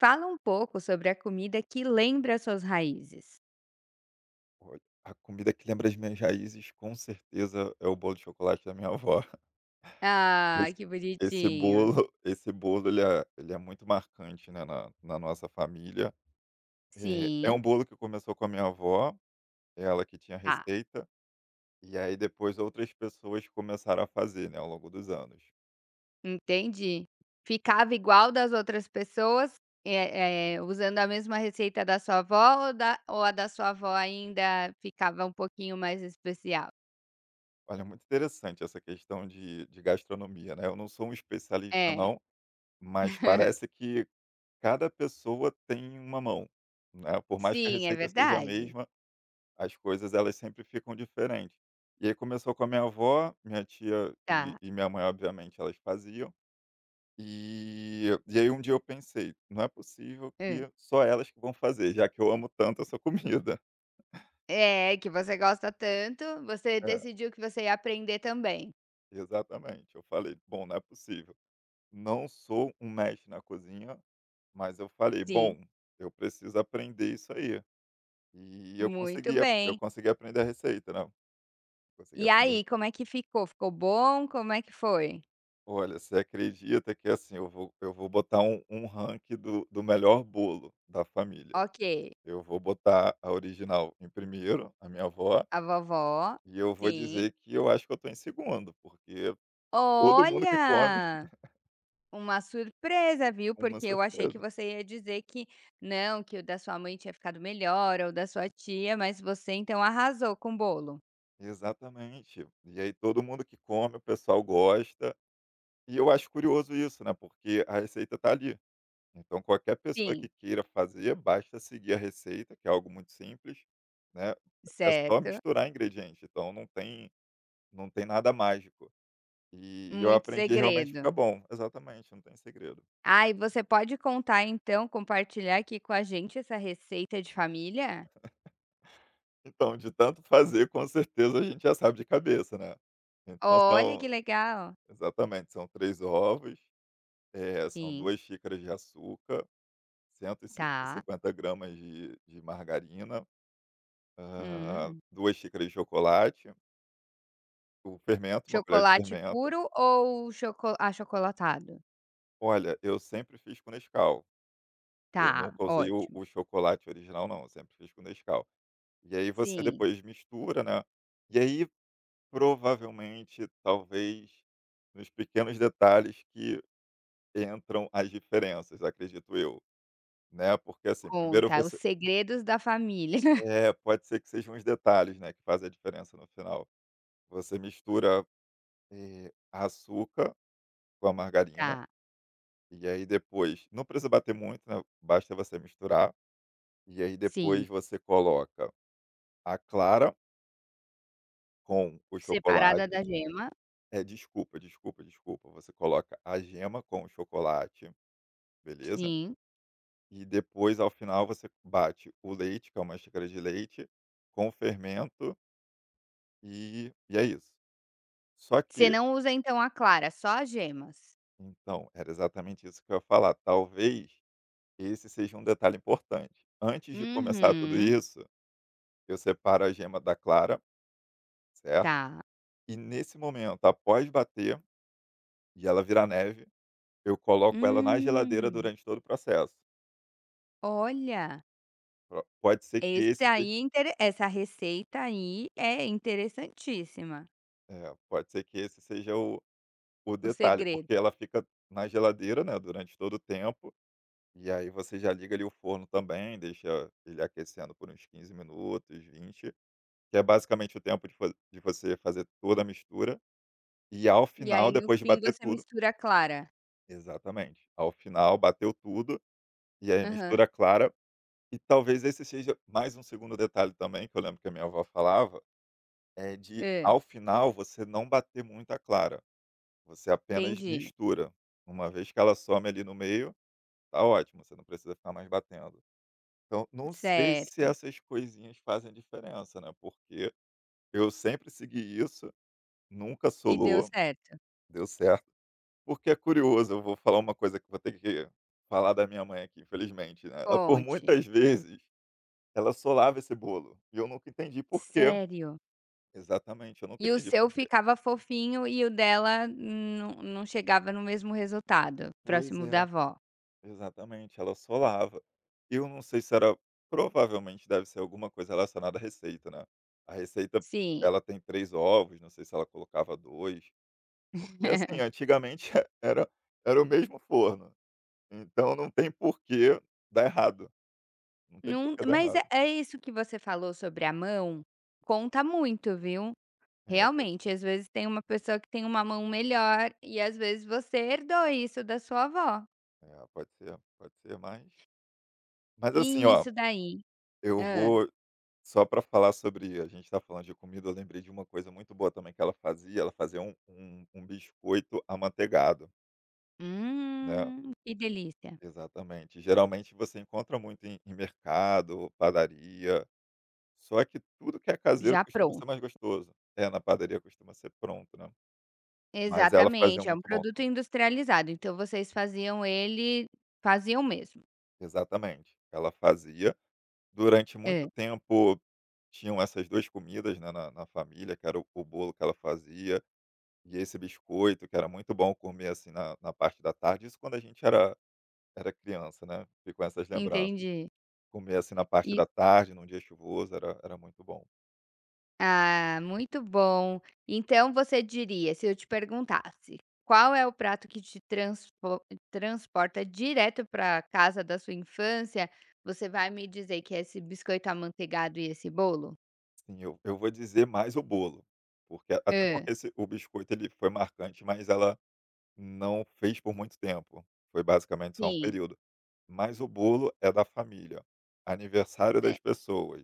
Fala um pouco sobre a comida que lembra suas raízes. Olha, a comida que lembra as minhas raízes, com certeza, é o bolo de chocolate da minha avó. Ah, Esse que esse bonitinho. bolo esse bolo ele é muito marcante, né, na nossa família. É Sim, um bolo que começou com a minha avó, é ela que tinha a tá, receita, e aí depois outras pessoas começaram a fazer, né, ao longo dos anos. entendi. Ficava igual das outras pessoas, usando a mesma receita da sua avó ou a da sua avó ainda ficava um pouquinho mais especial? Olha, muito interessante essa questão de gastronomia, né. Eu não sou um especialista É, não, mas parece que cada pessoa tem uma mão, né, por mais que a sim, é receita seja a verdade? mesma, as coisas elas sempre ficam diferentes. E aí começou com a minha avó, minha tia e, Tá. e minha mãe, obviamente, elas faziam. E aí um dia eu pensei, não é possível Hã. que só elas que vão fazer, já que eu amo tanto essa comida. É, que você gosta tanto, você É, decidiu que você ia aprender também. exatamente. Eu falei, bom, não é possível. Não sou um mestre na cozinha, mas eu falei, Sim, bom, eu preciso aprender isso aí. E eu muito consegui, eu bem. consegui aprender a receita, né? Consegui E aprender a aí, como é receita. que ficou? Ficou bom? Como é que foi? Olha, você acredita que assim, eu vou botar um ranking do melhor bolo da família. Ok, Eu vou botar a original em primeiro, a minha avó, a vovó e eu vou sim. dizer que eu acho que eu estou em segundo, porque todo mundo que come, Olha! Uma surpresa, viu, uma porque eu achei que surpresa. você ia dizer que não, que o da sua mãe tinha ficado melhor ou da sua tia, mas você então arrasou com o bolo. Exatamente. E aí todo mundo que come, o pessoal gosta. E eu acho curioso isso, né, porque a receita tá ali. Então qualquer pessoa Sim, que queira fazer, basta seguir a receita, que é algo muito simples, né, é só certo. misturar ingredientes, então não tem nada mágico. E eu Muito aprendi, realmente fica segredo. bom. Exatamente, não tem segredo. Ah, e você pode contar então, compartilhar aqui com a gente essa receita de família? Então, de tanto fazer, com certeza a gente já sabe de cabeça, né. Então Olha são que legal. exatamente, são 3 ovos, são Sim, 2 xícaras de açúcar, tá. 150 gramas de margarina, Hum. 2 xícaras de chocolate. O fermento, uma colher de Chocolate fermento. puro ou choco achocolatado? Olha, eu sempre fiz com Nescau, eu Tá, nunca usei o ótimo. o chocolate original não, eu sempre fiz com Nescau. E aí você Sim, depois mistura, né, e aí provavelmente, talvez, nos pequenos detalhes que entram as diferenças, acredito eu, né, porque assim, primeiro conta os você. segredos da família. É, pode ser que sejam os detalhes, né, que fazem a diferença no final. Você mistura, açúcar com a margarina. Tá, E aí depois, não precisa bater muito, né, basta você misturar. E aí sim. depois você coloca a clara com o Separada da chocolate. gema, É, desculpa, desculpa, desculpa. Você coloca a gema com o chocolate, beleza? sim. E depois, ao final, você bate o leite, que é uma xícara de leite, com o fermento, e é isso. Só Você que, não usa então a clara, só as gemas? então, era exatamente isso que eu ia falar. Talvez esse seja um detalhe importante. Antes de começar tudo Uhum, isso, eu separo a gema da clara. Certo. tá. E nesse momento, após bater e ela virar neve, eu coloco ela na geladeira Hum, durante todo o processo. olha, Pro pode ser que esse esse seja aí é intere essa receita aí é interessantíssima, é, pode ser que esse seja o o detalhe, porque segredo. ela fica na geladeira, né, durante todo o tempo, e aí você já liga ali o forno também, deixa ele aquecendo por uns 15 minutos, 20, que é basicamente o tempo de você fazer toda a mistura, e ao E final, aí no depois de fim bater você tudo, mistura a clara. exatamente. Ao final, bateu tudo, e aí Aham. mistura clara. E talvez esse seja mais um segundo detalhe também, que eu lembro que a minha avó falava, é de, Hã, ao final, você não bater muito a clara, você apenas entendi, mistura. Uma vez que ela some ali no meio, tá ótimo, você não precisa ficar mais batendo. Então, não sei se certo. essas coisinhas fazem diferença, né, porque eu sempre segui isso, nunca E deu solou, certo? deu certo. Porque é curioso, eu vou falar uma coisa que vou ter que falar da minha mãe aqui, infelizmente, né, ela por Conte. muitas vezes ela solava esse bolo, e eu nunca entendi por quê. Sério? Exatamente, eu nunca E o entendi por seu quê. ficava fofinho e o dela não chegava no mesmo resultado, Pois próximo da é, avó? exatamente, ela solava. E eu não sei se era provavelmente deve ser alguma coisa relacionada à receita, né. A receita, Sim. ela tem 3 ovos, não sei se ela colocava dois, porque assim, antigamente era era o mesmo forno, então não tem por que dar errado, não tem por Não, que dar mas é errado. é isso que você falou sobre a mão, conta muito, viu. É, pode Realmente, ser. às vezes tem uma pessoa que tem uma mão melhor e às vezes você herdou isso da sua avó. É, pode ser, mas assim, E ó, isso daí? eu Ah. vou só para falar sobre a gente está falando de comida, eu lembrei de uma coisa muito boa também que ela fazia um biscoito amanteigado, né. Que delícia. Exatamente. Geralmente você encontra muito em mercado, padaria, só que tudo que é caseiro Já costuma ser mais pronto. gostoso. É, na padaria costuma ser pronto, né. Mas ela fazia Exatamente, é um muito bom produto também. industrializado, então vocês faziam ele faziam mesmo. Exatamente. Ela fazia. Durante muito Hã, tempo tinham essas 2 comidas, né, na família, que era o bolo que ela fazia. E esse biscoito, que era muito bom comer, assim, na parte da tarde, isso quando a gente era criança, né, ficam essas lembranças. entendi. Comer, assim, na parte E da tarde, num dia chuvoso, era muito bom. ah, muito bom. Então você diria, se eu te perguntasse, qual é o prato que te transporta direto para a casa da sua infância, você vai me dizer que é esse biscoito amanteigado e esse bolo? Sim, eu vou dizer mais o bolo, porque até Hã, porque esse o biscoito, ele foi marcante, mas ela não fez por muito tempo, foi basicamente só um sim. período. Mas o bolo é da família, aniversário Te das pessoas,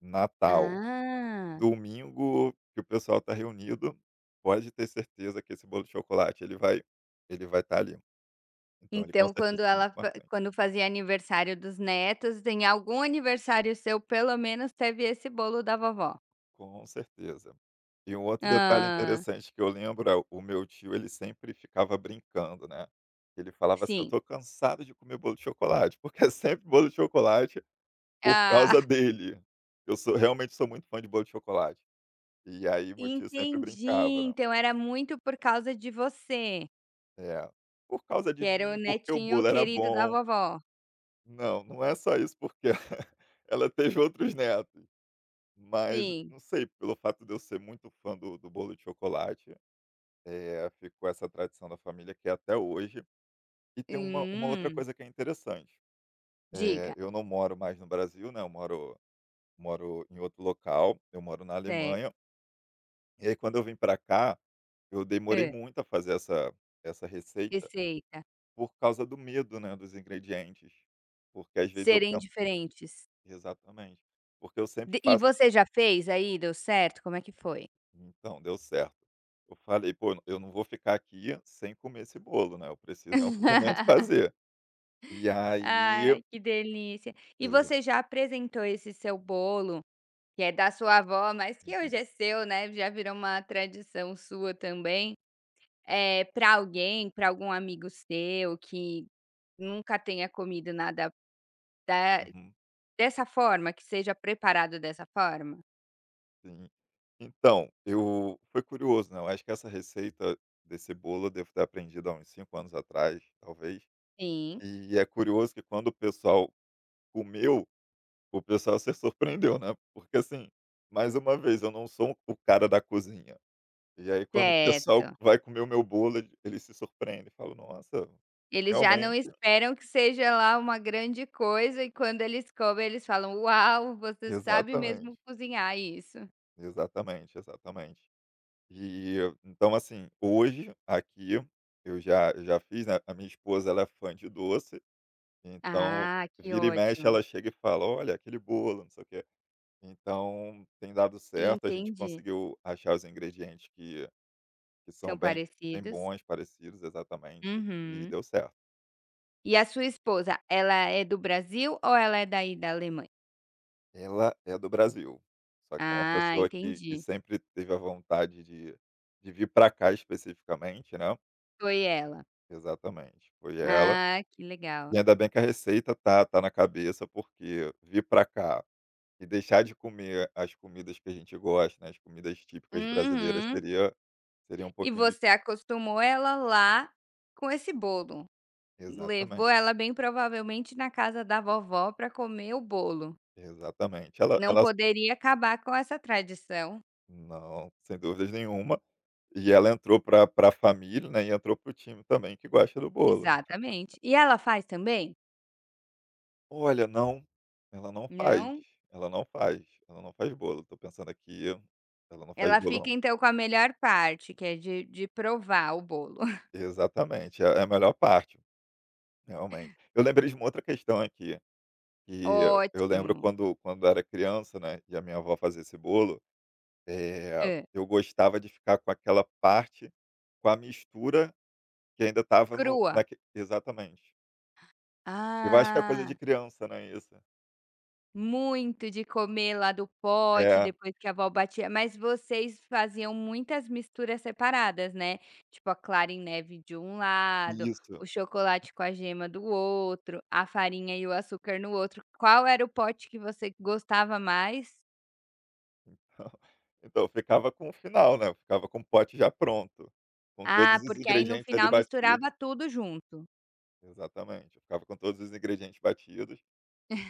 Natal. Ah. Domingo que o pessoal tá reunido, pode ter certeza que esse bolo de chocolate ele vai estar ali. Então ele com Então, certeza quando foi ela muito fa marcante. quando fazia aniversário dos netos, em algum aniversário seu, pelo menos teve esse bolo da vovó. Com certeza. E um outro detalhe Ah, interessante que eu lembro é o meu tio, ele sempre ficava brincando, né. Ele falava assim: "Eu sim. tô cansado de comer bolo de chocolate", porque é sempre bolo de chocolate por Ah, causa dele. Eu sou, realmente sou muito fã de bolo de chocolate. E aí meu tio sempre entendi, brincava, né. então era muito por causa de você, É. Por causa que de era o mim, porque o netinho bolo era querido da bom. vovó. Não, não é só isso, porque ela teve outros netos, mas Sim. não sei, pelo fato de eu ser muito fã do bolo de chocolate, ficou essa tradição da família que é até hoje. E tem uma outra Hum. coisa que é interessante. Diga. Eu não moro mais no Brasil, né? Eu moro em outro local, eu moro na É. Alemanha. E aí, quando eu vim para cá, eu demorei Hã, muito a fazer essa receita receita. por causa do medo, né? Dos ingredientes. Porque às vezes eu Serem penso. diferentes. Exatamente. Porque eu sempre D E faço. você já fez aí, deu certo? Como é que foi? Então, deu certo. Eu falei: "Pô, eu não vou ficar aqui sem comer esse bolo, né, eu preciso em algum momento fazer". E aí Ai, que delícia. E exa você já apresentou esse seu bolo, que é da sua avó, mas que uhum, hoje é seu, né, já virou uma tradição sua também, é para alguém, para algum amigo seu que nunca tenha comido nada da uhum, dessa forma, que seja preparado dessa forma? sim. Então, eu foi curioso, né, eu acho que essa receita desse bolo eu devo ter aprendido há uns 5 anos atrás, talvez. Sim, E é curioso que quando o pessoal comeu, o pessoal se surpreendeu, né, porque assim, mais uma vez, eu não sou o cara da cozinha. E aí quando o pessoal certo. vai comer o meu bolo, eles se surpreendem, falam: "Nossa, Eles já não realmente". esperam que seja lá uma grande coisa e quando eles comem eles falam: "Uau, você sabe mesmo Exatamente, cozinhar isso". exatamente, exatamente. E, então assim, hoje aqui eu já fiz, né, a minha esposa ela é fã de doce, então Ah, que vira e mexe ótimo. ela chega e fala: "Olha, aquele bolo, não sei o quê". Então tem dado certo, a gente Entendi, conseguiu achar os ingredientes que são são bem bem parecidos. bons, parecidos, exatamente, e Uhum. deu certo. E a sua esposa, ela é do Brasil ou ela é daí da Alemanha? Ela é do Brasil, só que é uma Ah, pessoa que entendi, sempre teve a vontade de vir para cá especificamente, né. foi ela. Exatamente, foi ela. Ah, que legal. E ainda bem que a receita tá na cabeça, porque vir para cá e deixar de comer as comidas que a gente gosta, né, as comidas típicas brasileiras Uhum. seria um E pouquinho você difícil. acostumou ela lá com esse bolo? Levou Exatamente, ela bem provavelmente na casa da vovó para comer o bolo. exatamente. Ela Não ela poderia acabar com essa tradição. não, sem dúvidas nenhuma. E ela entrou para a família, né, e entrou para o time também que gosta do bolo. Exatamente. E ela faz também? Olha, não, ela não faz, Não? ela não faz, ela não faz bolo, tô pensando aqui, ela não faz Ela bolo fica não. então com a melhor parte, que é de provar o bolo. Exatamente, é a melhor parte, realmente. Eu lembrei de uma outra questão aqui, que eu lembro Ótimo. quando era criança, né, e a minha avó fazia esse bolo, Hã. eu gostava de ficar com aquela parte, com a mistura que ainda estava no Crua? naque exatamente. Eu acho que é coisa de Ah, criança, né, isso. muito de comer lá do pote, É, depois que a avó batia. Mas vocês faziam muitas misturas separadas, né, tipo a clara em neve de um lado, o isso. chocolate com a gema do outro, a farinha e o açúcar no outro. Qual era o pote que você gostava mais? Então eu ficava com o final, né, eu ficava com o pote já pronto, com Ah, todos os porque aí no ingredientes ali final misturava batidos. tudo junto. Exatamente, eu ficava com todos os ingredientes batidos.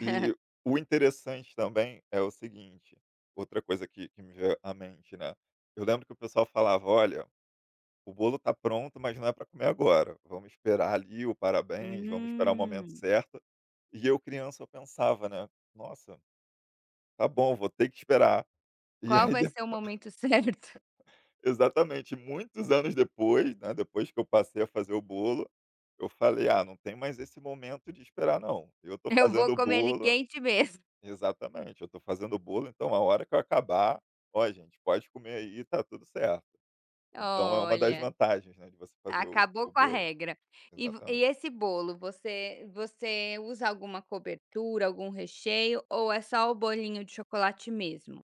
E o interessante também é o seguinte, outra coisa que me veio à mente, né, eu lembro que o pessoal falava: "Olha, o bolo tá pronto, mas não é para comer agora, vamos esperar ali o parabéns, vamos esperar o momento Hum. certo". E eu criança eu pensava, né: "Nossa, tá bom, vou ter que esperar". E Qual aí vai de ser o momento certo? exatamente. Muitos anos depois, né, depois que eu passei a fazer o bolo, eu falei: "Ah, não tem mais esse momento de esperar não. Eu tô Eu vou fazendo o comer ele bolo". quente mesmo. Exatamente. "Eu tô fazendo o bolo, então a hora que eu acabar, ó gente, pode comer aí, tá tudo certo". Então é uma das Olha, vantagens, né, de você fazer o acabou o com a bolo. regra. Exatamente. E esse bolo, você usa alguma cobertura, algum recheio ou é só o bolinho de chocolate mesmo?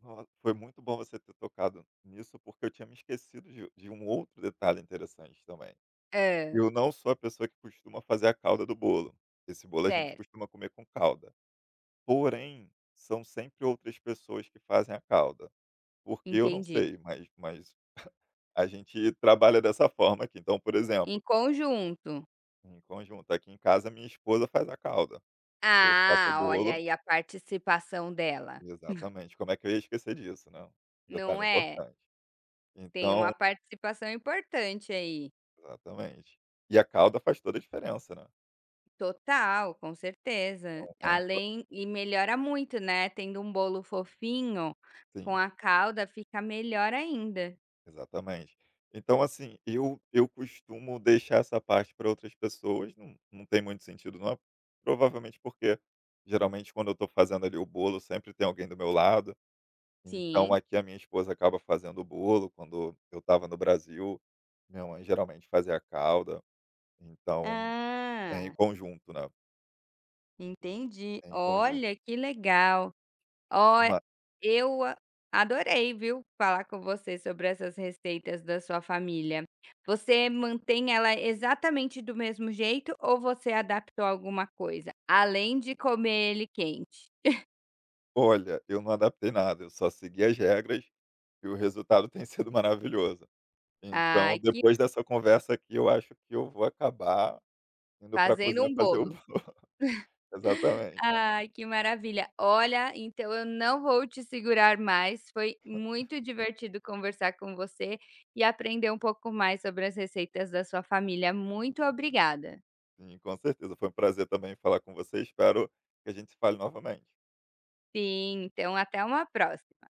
No Foi muito bom você ter tocado nisso, porque eu tinha me esquecido de um outro detalhe interessante também. Ah, Eu não sou a pessoa que costuma fazer a calda do bolo. Esse bolo a gente certo, costuma comer com calda. Porém, são sempre outras pessoas que fazem a calda, porque eu não entendi. sei, mas a gente trabalha dessa forma aqui. Então, por Em exemplo, conjunto. em conjunto, aqui em casa minha esposa faz a calda, eu faço o Ah, olha bolo. aí a participação dela, Exatamente, como é que eu ia esquecer disso, né, um não detalhe é? importante. Tem Então uma participação importante aí. exatamente. E a calda faz toda a diferença, né, Total, com é certeza. É um to Além e melhora muito, né, tendo um bolo fofinho com sim. a calda fica melhor ainda. Exatamente. Então, assim, eu costumo deixar essa parte para outras pessoas, não tem muito sentido não, é provavelmente porque, geralmente, quando eu estou fazendo ali o bolo, sempre tem alguém do meu lado, então Sim. aqui a minha esposa acaba fazendo o bolo, quando eu estava no Brasil, minha mãe geralmente fazia a calda, então é em Ah, conjunto, né, entendi. é em conjunto. Olha, que legal. Ó, Mas eu a adorei, viu, falar com você sobre essas receitas da sua família. Você mantém ela exatamente do mesmo jeito ou você adaptou alguma coisa? Além de comer ele quente. olha, eu não adaptei nada, eu só segui as regras e o resultado tem sido maravilhoso. Então, Ai, que depois dessa conversa aqui, eu acho que eu vou acabar indo para a fazendo cozinha um fazer o bolo. exatamente. Ai, que maravilha. Olha, então eu não vou te segurar mais. Foi muito divertido conversar com você e aprender um pouco mais sobre as receitas da sua família. Muito obrigada. Sim, com certeza. Foi um prazer também falar com você. Espero que a gente se fale novamente. Sim, então até uma próxima.